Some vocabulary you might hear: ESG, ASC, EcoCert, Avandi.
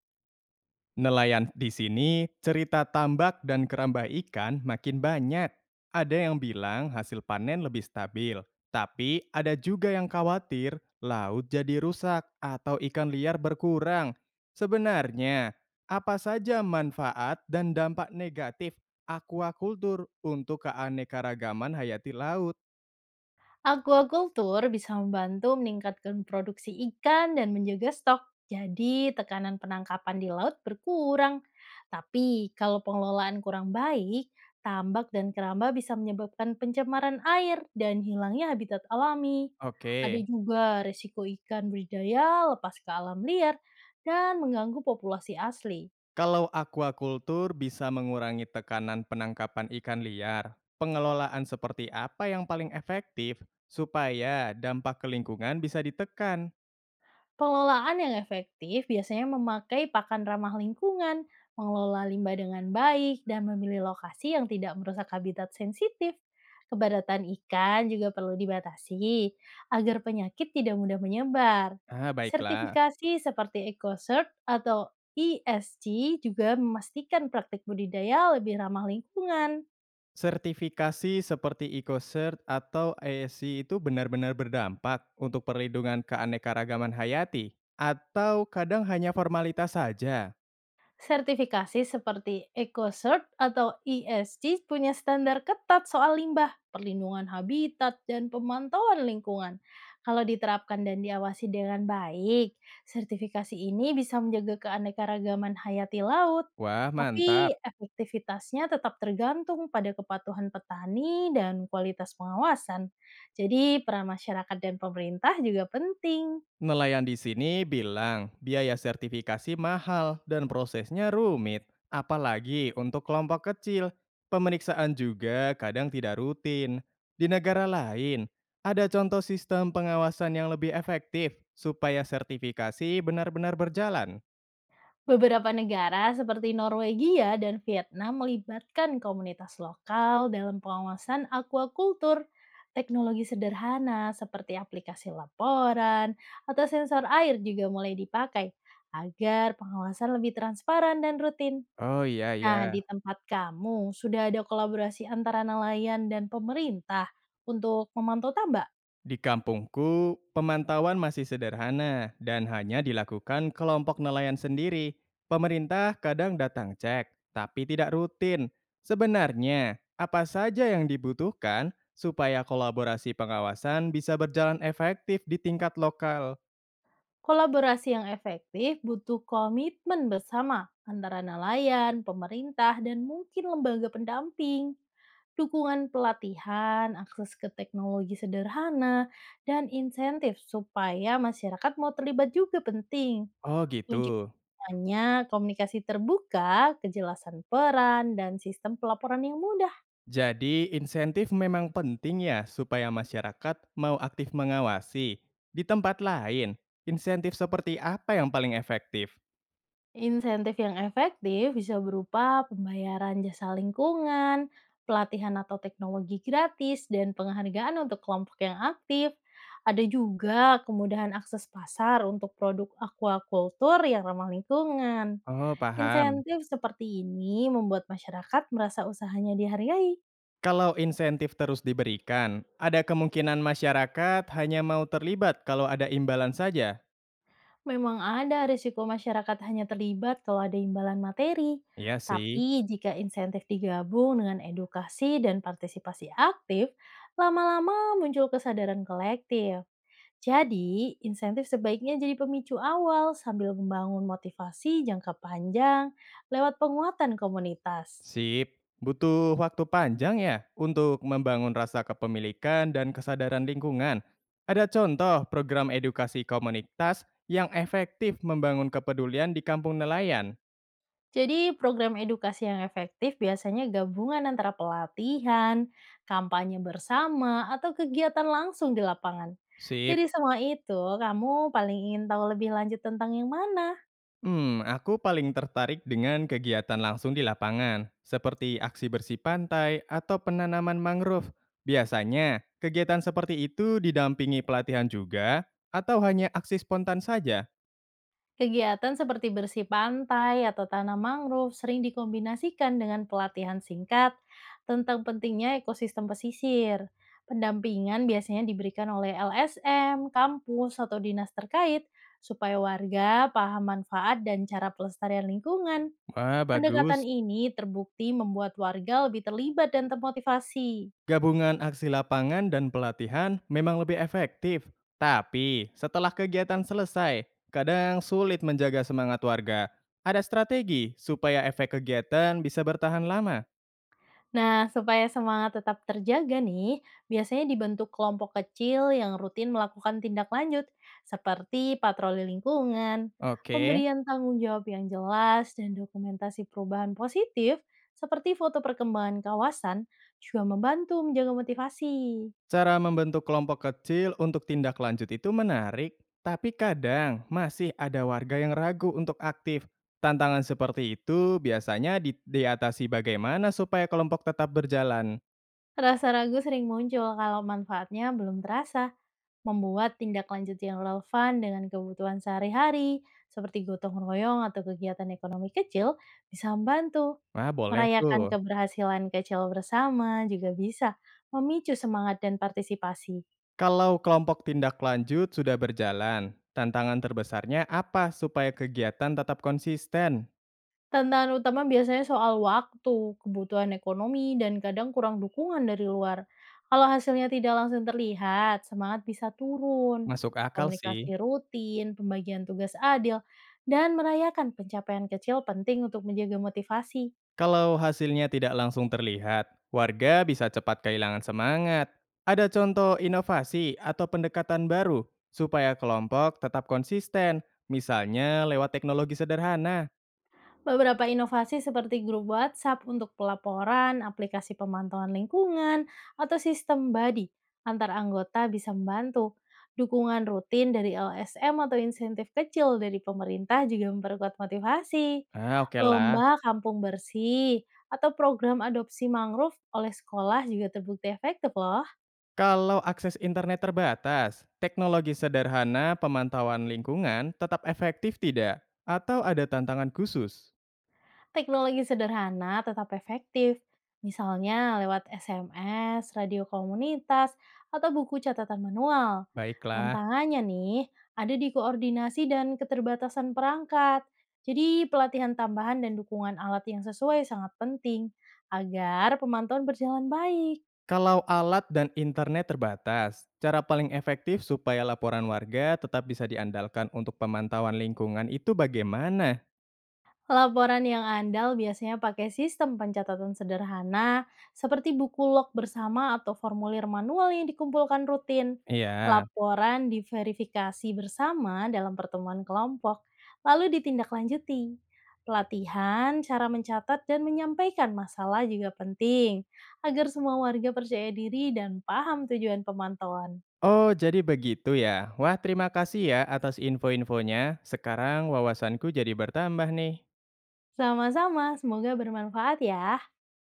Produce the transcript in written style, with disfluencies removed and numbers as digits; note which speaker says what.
Speaker 1: Nelayan di sini, cerita tambak dan keramba ikan makin banyak. Ada yang bilang hasil panen lebih stabil, tapi ada juga yang khawatir laut jadi rusak atau ikan liar berkurang. Sebenarnya, apa saja manfaat dan dampak negatif aquaculture untuk keanekaragaman hayati laut?
Speaker 2: Aquaculture bisa membantu meningkatkan produksi ikan dan menjaga stok, jadi tekanan penangkapan di laut berkurang. Tapi kalau pengelolaan kurang baik, tambak dan keramba bisa menyebabkan pencemaran air dan hilangnya habitat alami. Ada
Speaker 1: Oke.
Speaker 2: juga resiko ikan berbudidaya lepas ke alam liar dan mengganggu populasi asli.
Speaker 1: Kalau aquaculture bisa mengurangi tekanan penangkapan ikan liar, pengelolaan seperti apa yang paling efektif supaya dampak ke lingkungan bisa ditekan?
Speaker 2: Pengelolaan yang efektif biasanya memakai pakan ramah lingkungan, mengelola limbah dengan baik, dan memilih lokasi yang tidak merusak habitat sensitif. Kepadatan ikan juga perlu dibatasi agar penyakit tidak mudah menyebar.
Speaker 1: Ah, baiklah.
Speaker 2: Sertifikasi seperti EcoCert atau ESG juga memastikan praktik budidaya lebih ramah lingkungan.
Speaker 1: Sertifikasi seperti EcoCert atau ASC itu benar-benar berdampak untuk perlindungan keanekaragaman hayati atau kadang hanya formalitas saja?
Speaker 2: Sertifikasi seperti EcoCert atau ESG punya standar ketat soal limbah, perlindungan habitat, dan pemantauan lingkungan. Kalau diterapkan dan diawasi dengan baik, sertifikasi ini bisa menjaga keanekaragaman hayati laut,
Speaker 1: Wah,
Speaker 2: tapi
Speaker 1: mantap.
Speaker 2: efektivitasnya tetap tergantung pada kepatuhan petani dan kualitas pengawasan. Jadi, peran masyarakat dan pemerintah juga penting.
Speaker 1: Nelayan di sini bilang biaya sertifikasi mahal dan prosesnya rumit, apalagi untuk kelompok kecil. Pemeriksaan juga kadang tidak rutin. Di negara lain, ada contoh sistem pengawasan yang lebih efektif supaya sertifikasi benar-benar berjalan.
Speaker 2: Beberapa negara seperti Norwegia dan Vietnam melibatkan komunitas lokal dalam pengawasan aquaculture. Teknologi sederhana seperti aplikasi laporan atau sensor air juga mulai dipakai agar pengawasan lebih transparan dan rutin.
Speaker 1: Oh iya ya.
Speaker 2: Nah, di tempat kamu sudah ada kolaborasi antara nelayan dan pemerintah untuk memantau tambak?
Speaker 1: Di kampungku, pemantauan masih sederhana dan hanya dilakukan kelompok nelayan sendiri. Pemerintah kadang datang cek, tapi tidak rutin. Sebenarnya, apa saja yang dibutuhkan supaya kolaborasi pengawasan bisa berjalan efektif di tingkat lokal?
Speaker 2: Kolaborasi yang efektif butuh komitmen bersama antara nelayan, pemerintah, dan mungkin lembaga pendamping. Dukungan pelatihan, akses ke teknologi sederhana, dan insentif supaya masyarakat mau terlibat juga penting.
Speaker 1: Oh gitu.
Speaker 2: Kuncinya komunikasi terbuka, kejelasan peran, dan sistem pelaporan yang mudah.
Speaker 1: Jadi insentif memang penting ya supaya masyarakat mau aktif mengawasi. Di tempat lain, insentif seperti apa yang paling efektif?
Speaker 2: Insentif yang efektif bisa berupa pembayaran jasa lingkungan, pelatihan atau teknologi gratis, dan penghargaan untuk kelompok yang aktif. Ada juga kemudahan akses pasar untuk produk aquaculture yang ramah lingkungan.
Speaker 1: Oh, paham.
Speaker 2: Insentif seperti ini membuat masyarakat merasa usahanya dihargai.
Speaker 1: Kalau insentif terus diberikan, ada kemungkinan masyarakat hanya mau terlibat kalau ada imbalan saja.
Speaker 2: Memang ada risiko masyarakat hanya terlibat kalau ada imbalan materi,
Speaker 1: Iya sih.
Speaker 2: tapi jika insentif digabung dengan edukasi dan partisipasi aktif, lama-lama muncul kesadaran kolektif. Jadi, insentif sebaiknya jadi pemicu awal sambil membangun motivasi jangka panjang lewat penguatan komunitas.
Speaker 1: Sip. Butuh waktu panjang ya untuk membangun rasa kepemilikan dan kesadaran lingkungan. Ada contoh program edukasi komunitas yang efektif membangun kepedulian di kampung nelayan.
Speaker 2: Jadi program edukasi yang efektif biasanya gabungan antara pelatihan, kampanye bersama, atau kegiatan langsung di lapangan. Dari
Speaker 1: Sip.
Speaker 2: semua itu, kamu paling ingin tahu lebih lanjut tentang yang mana?
Speaker 1: Hmm, aku paling tertarik dengan kegiatan langsung di lapangan, seperti aksi bersih pantai atau penanaman mangrove. Biasanya, kegiatan seperti itu didampingi pelatihan juga, atau hanya aksi spontan saja?
Speaker 2: Kegiatan seperti bersih pantai atau tanam mangrove sering dikombinasikan dengan pelatihan singkat tentang pentingnya ekosistem pesisir. Pendampingan biasanya diberikan oleh LSM, kampus, atau dinas terkait supaya warga paham manfaat dan cara pelestarian lingkungan.
Speaker 1: Wah,
Speaker 2: Pendekatan
Speaker 1: bagus.
Speaker 2: ini terbukti membuat warga lebih terlibat dan termotivasi.
Speaker 1: Gabungan aksi lapangan dan pelatihan memang lebih efektif. Tapi, setelah kegiatan selesai, kadang sulit menjaga semangat warga. Ada strategi supaya efek kegiatan bisa bertahan lama.
Speaker 2: Nah, supaya semangat tetap terjaga nih, biasanya dibentuk kelompok kecil yang rutin melakukan tindak lanjut, seperti patroli lingkungan,
Speaker 1: Oke.
Speaker 2: pemberian tanggung jawab yang jelas, dan dokumentasi perubahan positif, seperti foto perkembangan kawasan, juga membantu menjaga motivasi.
Speaker 1: Cara membentuk kelompok kecil untuk tindak lanjut itu menarik, tapi kadang masih ada warga yang ragu untuk aktif. Tantangan seperti itu biasanya diatasi bagaimana supaya kelompok tetap berjalan.
Speaker 2: Rasa ragu sering muncul kalau manfaatnya belum terasa. Membuat tindak lanjut yang relevan dengan kebutuhan sehari-hari, seperti gotong royong atau kegiatan ekonomi kecil, bisa membantu.
Speaker 1: Nah, boleh
Speaker 2: Merayakan
Speaker 1: tuh.
Speaker 2: keberhasilan kecil bersama juga bisa memicu semangat dan partisipasi.
Speaker 1: Kalau kelompok tindak lanjut sudah berjalan, tantangan terbesarnya apa supaya kegiatan tetap konsisten?
Speaker 2: Tantangan utama biasanya soal waktu, kebutuhan ekonomi, dan kadang kurang dukungan dari luar. Kalau hasilnya tidak langsung terlihat, semangat bisa turun.
Speaker 1: Masuk akal sih.
Speaker 2: Komunikasi rutin, pembagian tugas adil, dan merayakan pencapaian kecil penting untuk menjaga motivasi.
Speaker 1: Kalau hasilnya tidak langsung terlihat, warga bisa cepat kehilangan semangat. Ada contoh inovasi atau pendekatan baru supaya kelompok tetap konsisten, misalnya lewat teknologi sederhana.
Speaker 2: Beberapa inovasi seperti grup WhatsApp untuk pelaporan, aplikasi pemantauan lingkungan, atau sistem buddy antar anggota bisa membantu. Dukungan rutin dari LSM atau insentif kecil dari pemerintah juga memperkuat motivasi.
Speaker 1: Ah, oke lah.
Speaker 2: Lomba kampung bersih atau program adopsi mangrove oleh sekolah juga terbukti efektif loh.
Speaker 1: Kalau akses internet terbatas, teknologi sederhana pemantauan lingkungan tetap efektif tidak? Atau ada tantangan khusus?
Speaker 2: Teknologi sederhana tetap efektif, misalnya lewat SMS, radio komunitas, atau buku catatan manual.
Speaker 1: Baiklah.
Speaker 2: Tantangannya nih, ada di koordinasi dan keterbatasan perangkat. Jadi pelatihan tambahan dan dukungan alat yang sesuai sangat penting agar pemantauan berjalan baik.
Speaker 1: Kalau alat dan internet terbatas, cara paling efektif supaya laporan warga tetap bisa diandalkan untuk pemantauan lingkungan itu bagaimana?
Speaker 2: Laporan yang andal biasanya pakai sistem pencatatan sederhana, seperti buku log bersama atau formulir manual yang dikumpulkan rutin.
Speaker 1: Iya.
Speaker 2: Laporan diverifikasi bersama dalam pertemuan kelompok, lalu ditindaklanjuti. Pelatihan, cara mencatat, dan menyampaikan masalah juga penting, agar semua warga percaya diri dan paham tujuan pemantauan.
Speaker 1: Oh, jadi begitu ya. Wah, terima kasih ya atas info-infonya. Sekarang wawasanku jadi bertambah nih.
Speaker 2: Sama-sama, semoga bermanfaat ya.